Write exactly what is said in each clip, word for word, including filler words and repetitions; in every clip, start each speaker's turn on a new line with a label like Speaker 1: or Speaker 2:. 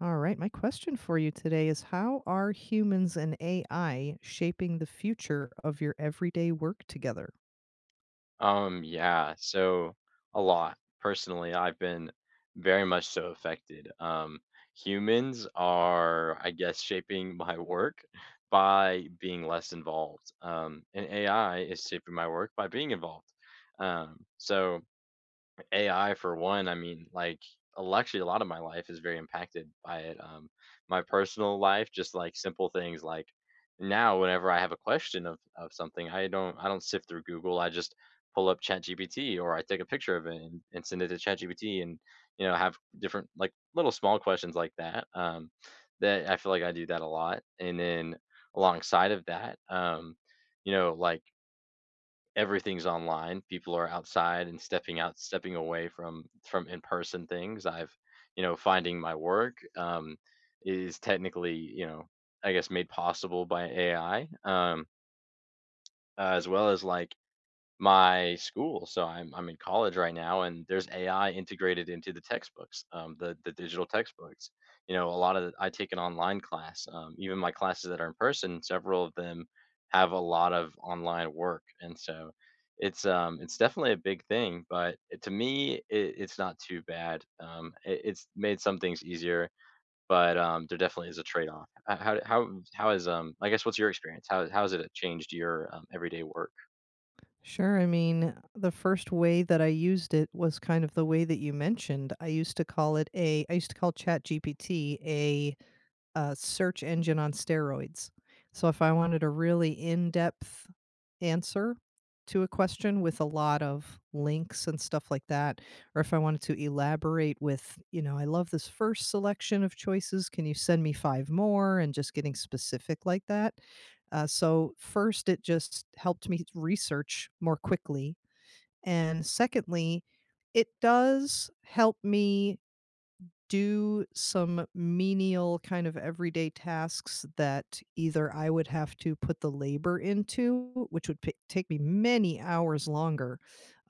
Speaker 1: All right. My question for you today is, how are humans and A I shaping the future of your everyday work together?
Speaker 2: Um, yeah, so a lot. Personally, I've been very much so affected. Um, humans are, I guess, shaping my work by being less involved. Um, and A I is shaping my work by being involved. Um, so A I for one, I mean, like, a actually, a lot of my life is very impacted by it. Um, my personal life, just like simple things like now, whenever I have a question of, of something, I don't I don't sift through Google. I just pull up ChatGPT, or I take a picture of it and, and send it to ChatGPT and, you know, have different like little small questions like that. Um, that I feel like I do that a lot. And then alongside of that, um, you know, like everything's online. People are outside and stepping out, stepping away from from in-person things. I've, you know, finding my work um, is technically, you know, I guess made possible by A I, um, uh, as well as like my school. So I'm I'm in college right now, and there's A I integrated into the textbooks, um, the the digital textbooks. You know, a lot of the, I take an online class. Um, even my classes that are in person, several of them have a lot of online work, and so it's um it's definitely a big thing. But it, to me, it, it's not too bad. Um, it, it's made some things easier. But um, there definitely is a trade-off. H- How how how how is um I guess, what's your experience? How how has it changed your um, everyday work?
Speaker 1: Sure. I mean, the first way that I used it was kind of the way that you mentioned. I used to call it a, I used to call ChatGPT a uh search engine on steroids. So if I wanted a really in depth answer to a question with a lot of links and stuff like that, or if I wanted to elaborate with, you know, I love this first selection of choices. Can you send me five more? And just getting specific like that. Uh, so, first, it just helped me research more quickly. And secondly, it does help me do some menial kind of everyday tasks that either I would have to put the labor into, which would p- take me many hours longer,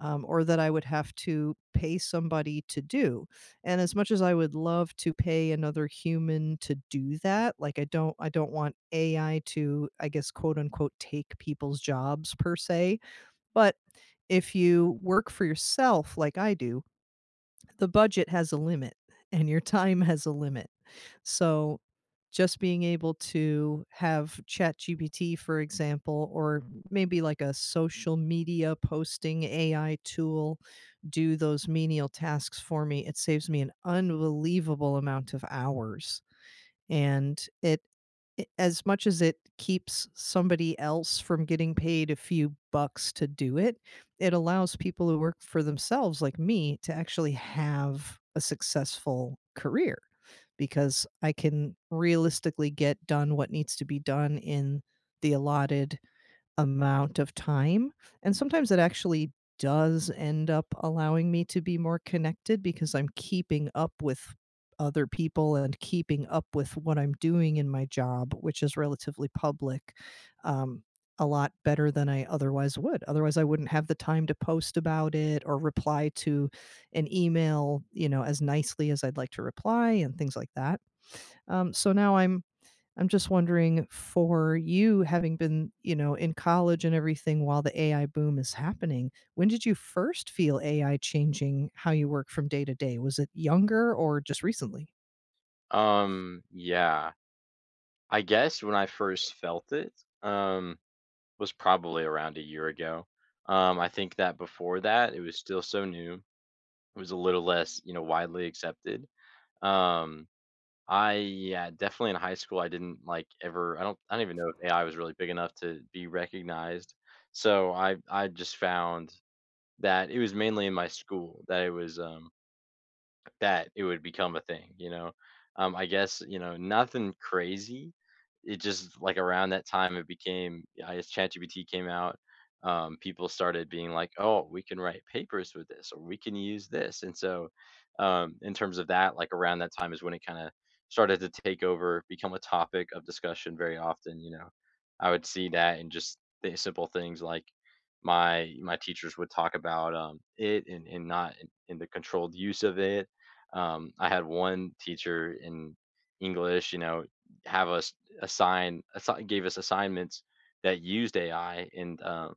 Speaker 1: um, or that I would have to pay somebody to do. And as much as I would love to pay another human to do that, like I don't, I don't want A I to, I guess, quote unquote, take people's jobs per se. But if you work for yourself, like I do, the budget has a limit and your time has a limit. So just being able to have ChatGPT, for example, or maybe like a social media posting A I tool do those menial tasks for me, it saves me an unbelievable amount of hours. And it I as much as it keeps somebody else from getting paid a few bucks to do it, it allows people who work for themselves, like me, to actually have a successful career because I can realistically get done what needs to be done in the allotted amount of time, and sometimes it actually does end up allowing me to be more connected because I'm keeping up with other people and keeping up with what I'm doing in my job, which is relatively public, um, a lot better than I otherwise would. Otherwise, I wouldn't have the time to post about it or reply to an email, you know, as nicely as I'd like to reply and things like that. Um, so now I'm I'm just wondering for you, having been, you know, in college and everything while the A I boom is happening, when did you first feel A I changing how you work from day to day? Was it younger or just recently?
Speaker 2: Um, yeah. I guess when I first felt it, um, was probably around a year ago. Um, I think that before that, it was still so new. It was a little less, you know, widely accepted. Um, I yeah, definitely in high school, I didn't like ever. I don't. I don't even know if A I was really big enough to be recognized. So I I just found that it was mainly in my school that it was um, that it would become a thing, you know? Um, I guess, you know, nothing crazy. It just like around that time it became, I guess, ChatGPT came out, um, people started being like, "Oh, we can write papers with this or we can use this." And so, um, in terms of that, like around that time is when it kinda started to take over, become a topic of discussion very often, you know? I would see that and just the simple things like my my teachers would talk about um, it and, and not in, in the controlled use of it. um, I had one teacher in English, you know, have us assign, assign gave us assignments that used A I, and uh,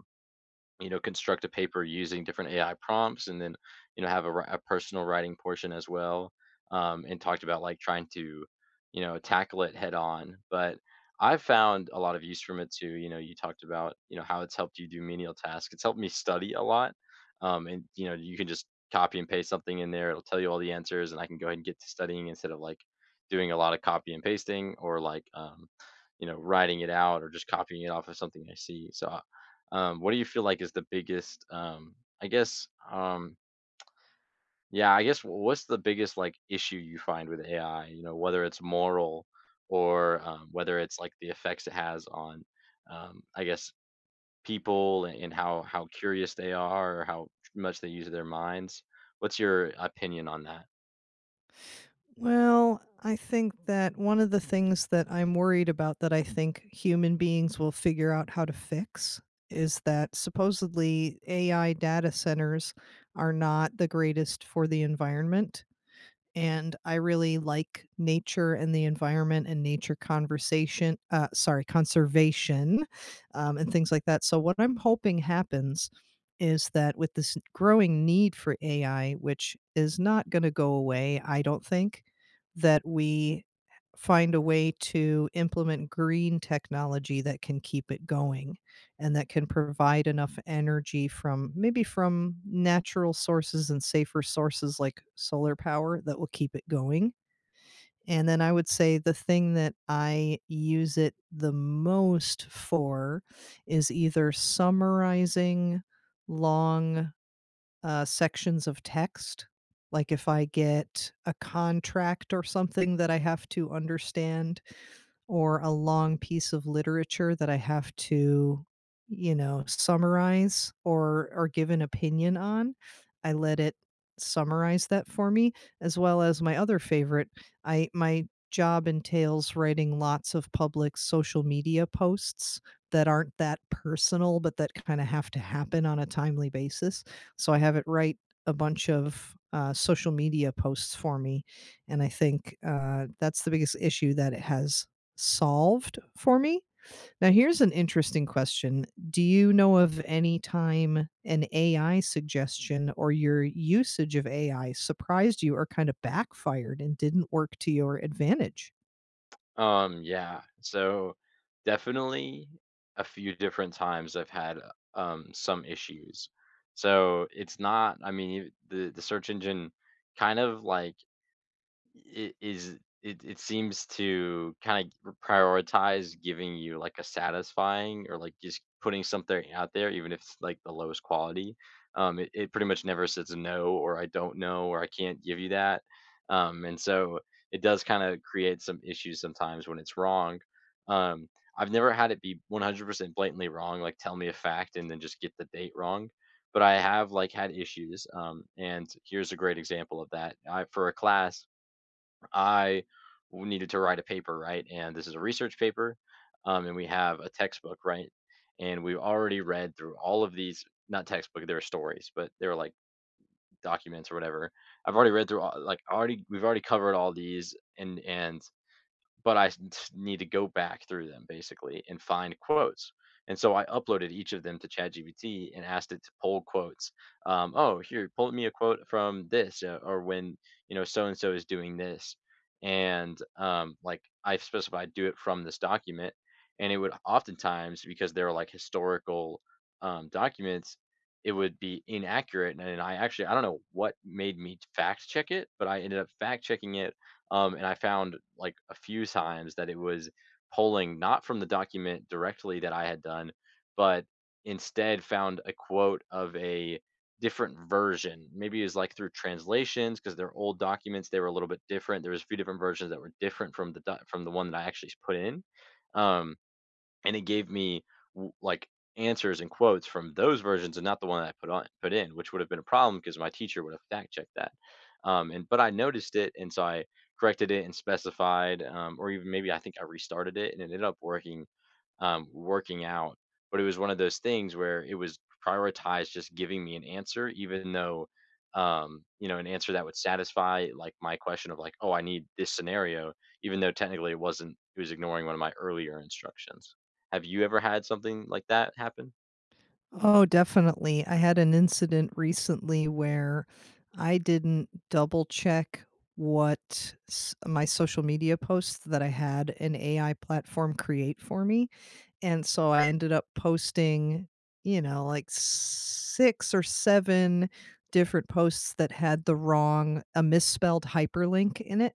Speaker 2: you know, construct a paper using different A I prompts and then, you know, have a, wri- a personal writing portion as well. Um, and talked about like trying to, you know, tackle it head on. But I've found a lot of use from it too. You know, you talked about, you know, how it's helped you do menial tasks. It's helped me study a lot. Um, and, you know, you can just copy and paste something in there. It'll tell you all the answers, and I can go ahead and get to studying instead of like doing a lot of copy and pasting or like, um, you know, writing it out or just copying it off of something I see. So um, what do you feel like is the biggest, um, I guess, um, yeah, I guess what's the biggest like issue you find with A I? You know, whether it's moral or um, whether it's like the effects it has on, um, I guess, people and, and how how curious they are or how much they use their minds. What's your opinion on that?
Speaker 1: Well, I think that one of the things that I'm worried about that I think human beings will figure out how to fix is that supposedly A I data centers are not the greatest for the environment, and I really like nature and the environment and nature conversation, uh, sorry, conservation, um, and things like that. So what I'm hoping happens is that with this growing need for A I, which is not going to go away, I don't think, that we find a way to implement green technology that can keep it going and that can provide enough energy from maybe from natural sources and safer sources like solar power that will keep it going. And then I would say the thing that I use it the most for is either summarizing long uh, sections of text. Like if I get a contract or something that I have to understand or a long piece of literature that I have to, you know, summarize or or give an opinion on, I let it summarize that for me, as well as my other favorite. I My job entails writing lots of public social media posts that aren't that personal, but that kind of have to happen on a timely basis. So I have it write a bunch of uh, social media posts for me, and I think uh, that's the biggest issue that it has solved for me. Now, here's an interesting question. Do you know of any time an A I suggestion or your usage of A I surprised you or kind of backfired and didn't work to your advantage?
Speaker 2: Um, yeah. So definitely a few different times I've had uh, um some issues. So it's not, I mean, you- the the search engine kind of like it is it it seems to kinda prioritize giving you, like, a satisfying or, like, just putting something out there even if it's, like, the lowest quality. Um, it, it pretty much never says no or I don't know or I can't give you that. Um, and so it does kinda create some issues sometimes when it's wrong. Um, I've never had it be one hundred percent blatantly wrong, like, tell me a fact and then just get the date wrong, but I have, like, had issues, um, and here's a great example of that. I for a class I needed to write a paper, right? And this is a research paper, um, and we have a textbook, right? And we've already read through all of these, not textbook, they were stories, but they were like documents or whatever. I've already read through all, like already we've already covered all these, and and but I s- need to go back through them basically and find quotes. And so I uploaded each of them to ChatGPT and asked it to pull quotes. Um, oh, here, pull me a quote from this, uh, or when, you know, so and so is doing this, and um, like I specified, do it from this document, and it would oftentimes, because they're like historical um, documents, it would be inaccurate. And, and I actually, I don't know what made me fact check it, but I ended up fact checking it, um, and I found like a few times that it was pulling not from the document directly that I had done, but instead found a quote of a different version. Maybe it was like through translations because they're old documents. They were a little bit different. There was a few different versions that were different from the doc- from the one that I actually put in. Um, and it gave me w- like answers and quotes from those versions and not the one that I put on put in, which would have been a problem because my teacher would have fact checked that. Um, and but I noticed it, and so I corrected it and specified, um, or even maybe I think I restarted it, and it ended up working um, working out. But it was one of those things where it was prioritized just giving me an answer, even though, um, you know, an answer that would satisfy like my question of like, oh, I need this scenario, even though technically it wasn't, it was ignoring one of my earlier instructions. Have you ever had something like that happen?
Speaker 1: Oh, definitely. I had an incident recently where I didn't double check what s- my social media posts that I had an A I platform create for me. And so I ended up posting, you know, like six or seven different posts that had the wrong a misspelled hyperlink in it.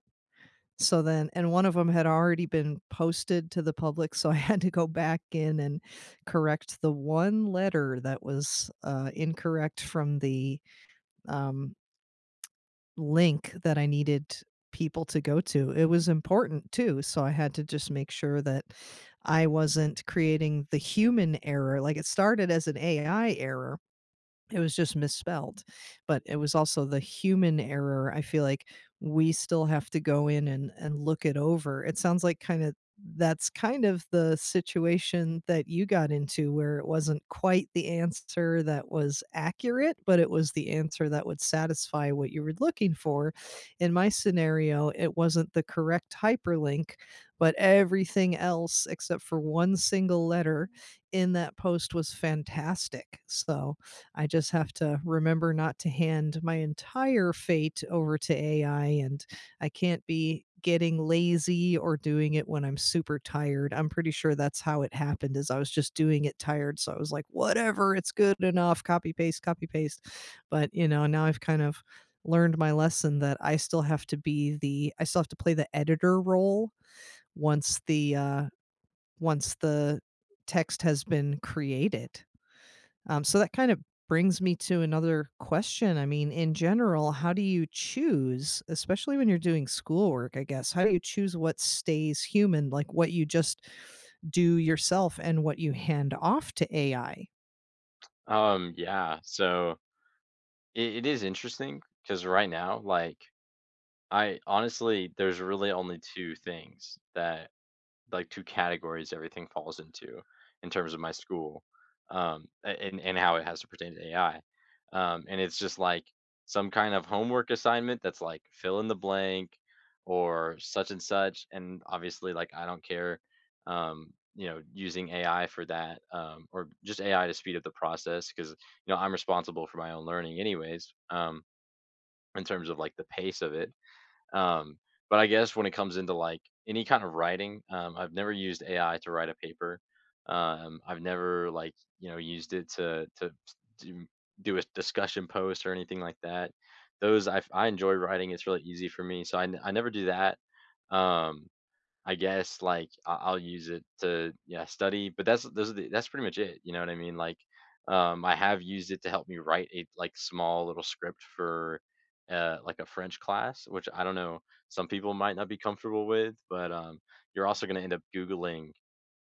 Speaker 1: So then, and one of them had already been posted to the public, so I had to go back in and correct the one letter that was, uh, incorrect from the um link that I needed people to go to. It was important too, so I had to just make sure that I wasn't creating the human error. Like, it started as an A I error, it was just misspelled, but it was also the human error. I feel like we still have to go in and and look it over. It sounds like kinda that's kind of the situation that you got into, where it wasn't quite the answer that was accurate, but it was the answer that would satisfy what you were looking for. In my scenario, it wasn't the correct hyperlink, but everything else except for one single letter in that post was fantastic, so I just have to remember not to hand my entire fate over to A I, and I can't be getting lazy or doing it when I'm super tired. I'm pretty sure that's how it happened, is I was just doing it tired, so I was like, "Whatever, it's good enough, copy paste, copy paste." But, you know, now I've kind of learned my lesson that I still have to be the I still have to play the editor role once the, uh once the text has been created. Um, so that kind of brings me to another question. I mean, in general, how do you choose, especially when you're doing schoolwork, I guess, how do you choose what stays human, like what you just do yourself and what you hand off to A I?
Speaker 2: Um, yeah. So it, it is interesting because right now, like, I honestly, there's really only two things that like two categories everything falls into in terms of my school, um, a and and how it has to pertain to A I. Um, and it's just like some kind of homework assignment that's like fill in the blank or such and such, and obviously, like, I don't care, um, you know, using A I for that, um, or just A I to speed up the process because, you know, I'm responsible for my own learning anyways, um, in terms of, like, the pace of it. Um, but I guess when it comes into like any kind of writing, um, I've never used A I to write a paper. Um, I've never like, you know, used it to to do, do a discussion post or anything like that. Those I I enjoy writing. It's really easy for me, so I n- I never do that. Um, I guess like I- I'll use it to, yeah, study, but that's those are the, that's pretty much it. You know what I mean? Like, um, I have used it to help me write a like small little script for uh, like a French class, which I don't know, some people might not be comfortable with, but um, you're also going to end up googling,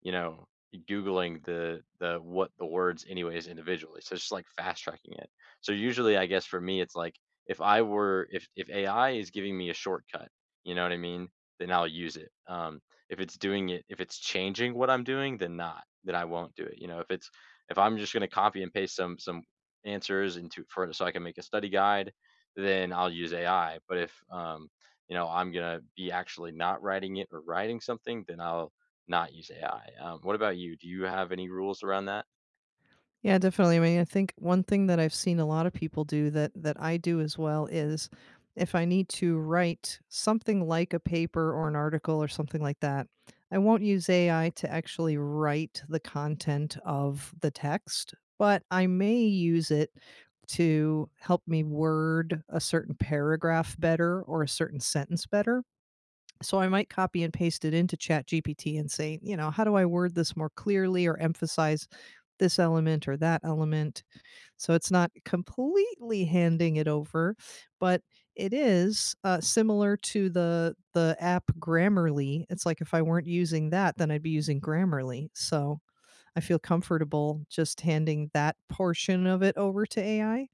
Speaker 2: you know, googling the the what the words anyways individually. So it's just like fast tracking it. So usually, I guess for me, it's like if I were, if if A I is giving me a shortcut, you know what I mean? Then I'll use it. Um, if it's doing it, if it's changing what I'm doing, then not, then I won't do it. You know, if it's, if I'm just going to copy and paste some some answers into for so I can make a study guide, then I'll use A I. But if, um, you know, I'm going to be actually not writing it or writing something, then I'll not use A I. Um, what about you? Do you have any rules around that?
Speaker 1: Yeah, definitely. I mean, I think one thing that I've seen a lot of people do that that I do as well is if I need to write something like a paper or an article or something like that, I won't use A I to actually write the content of the text, but I may use it to help me word a certain paragraph better or a certain sentence better. So I might copy and paste it into ChatGPT and say, you know, how do I word this more clearly or emphasize this element or that element? So it's not completely handing it over, but it is uh, similar to the the app Grammarly. It's like if I weren't using that, then I'd be using Grammarly. So I feel comfortable just handing that portion of it over to A I.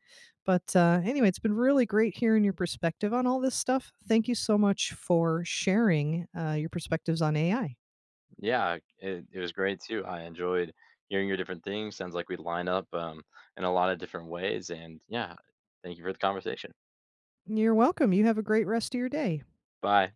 Speaker 1: But uh, anyway, it's been really great hearing your perspective on all this stuff. Thank you so much for sharing uh, your perspectives on A I.
Speaker 2: Yeah, it, it was great too. I enjoyed hearing your different things. Sounds like we line up um, in a lot of different ways. And yeah, thank you for the conversation.
Speaker 1: You're welcome. You have a great rest of your day.
Speaker 2: Bye.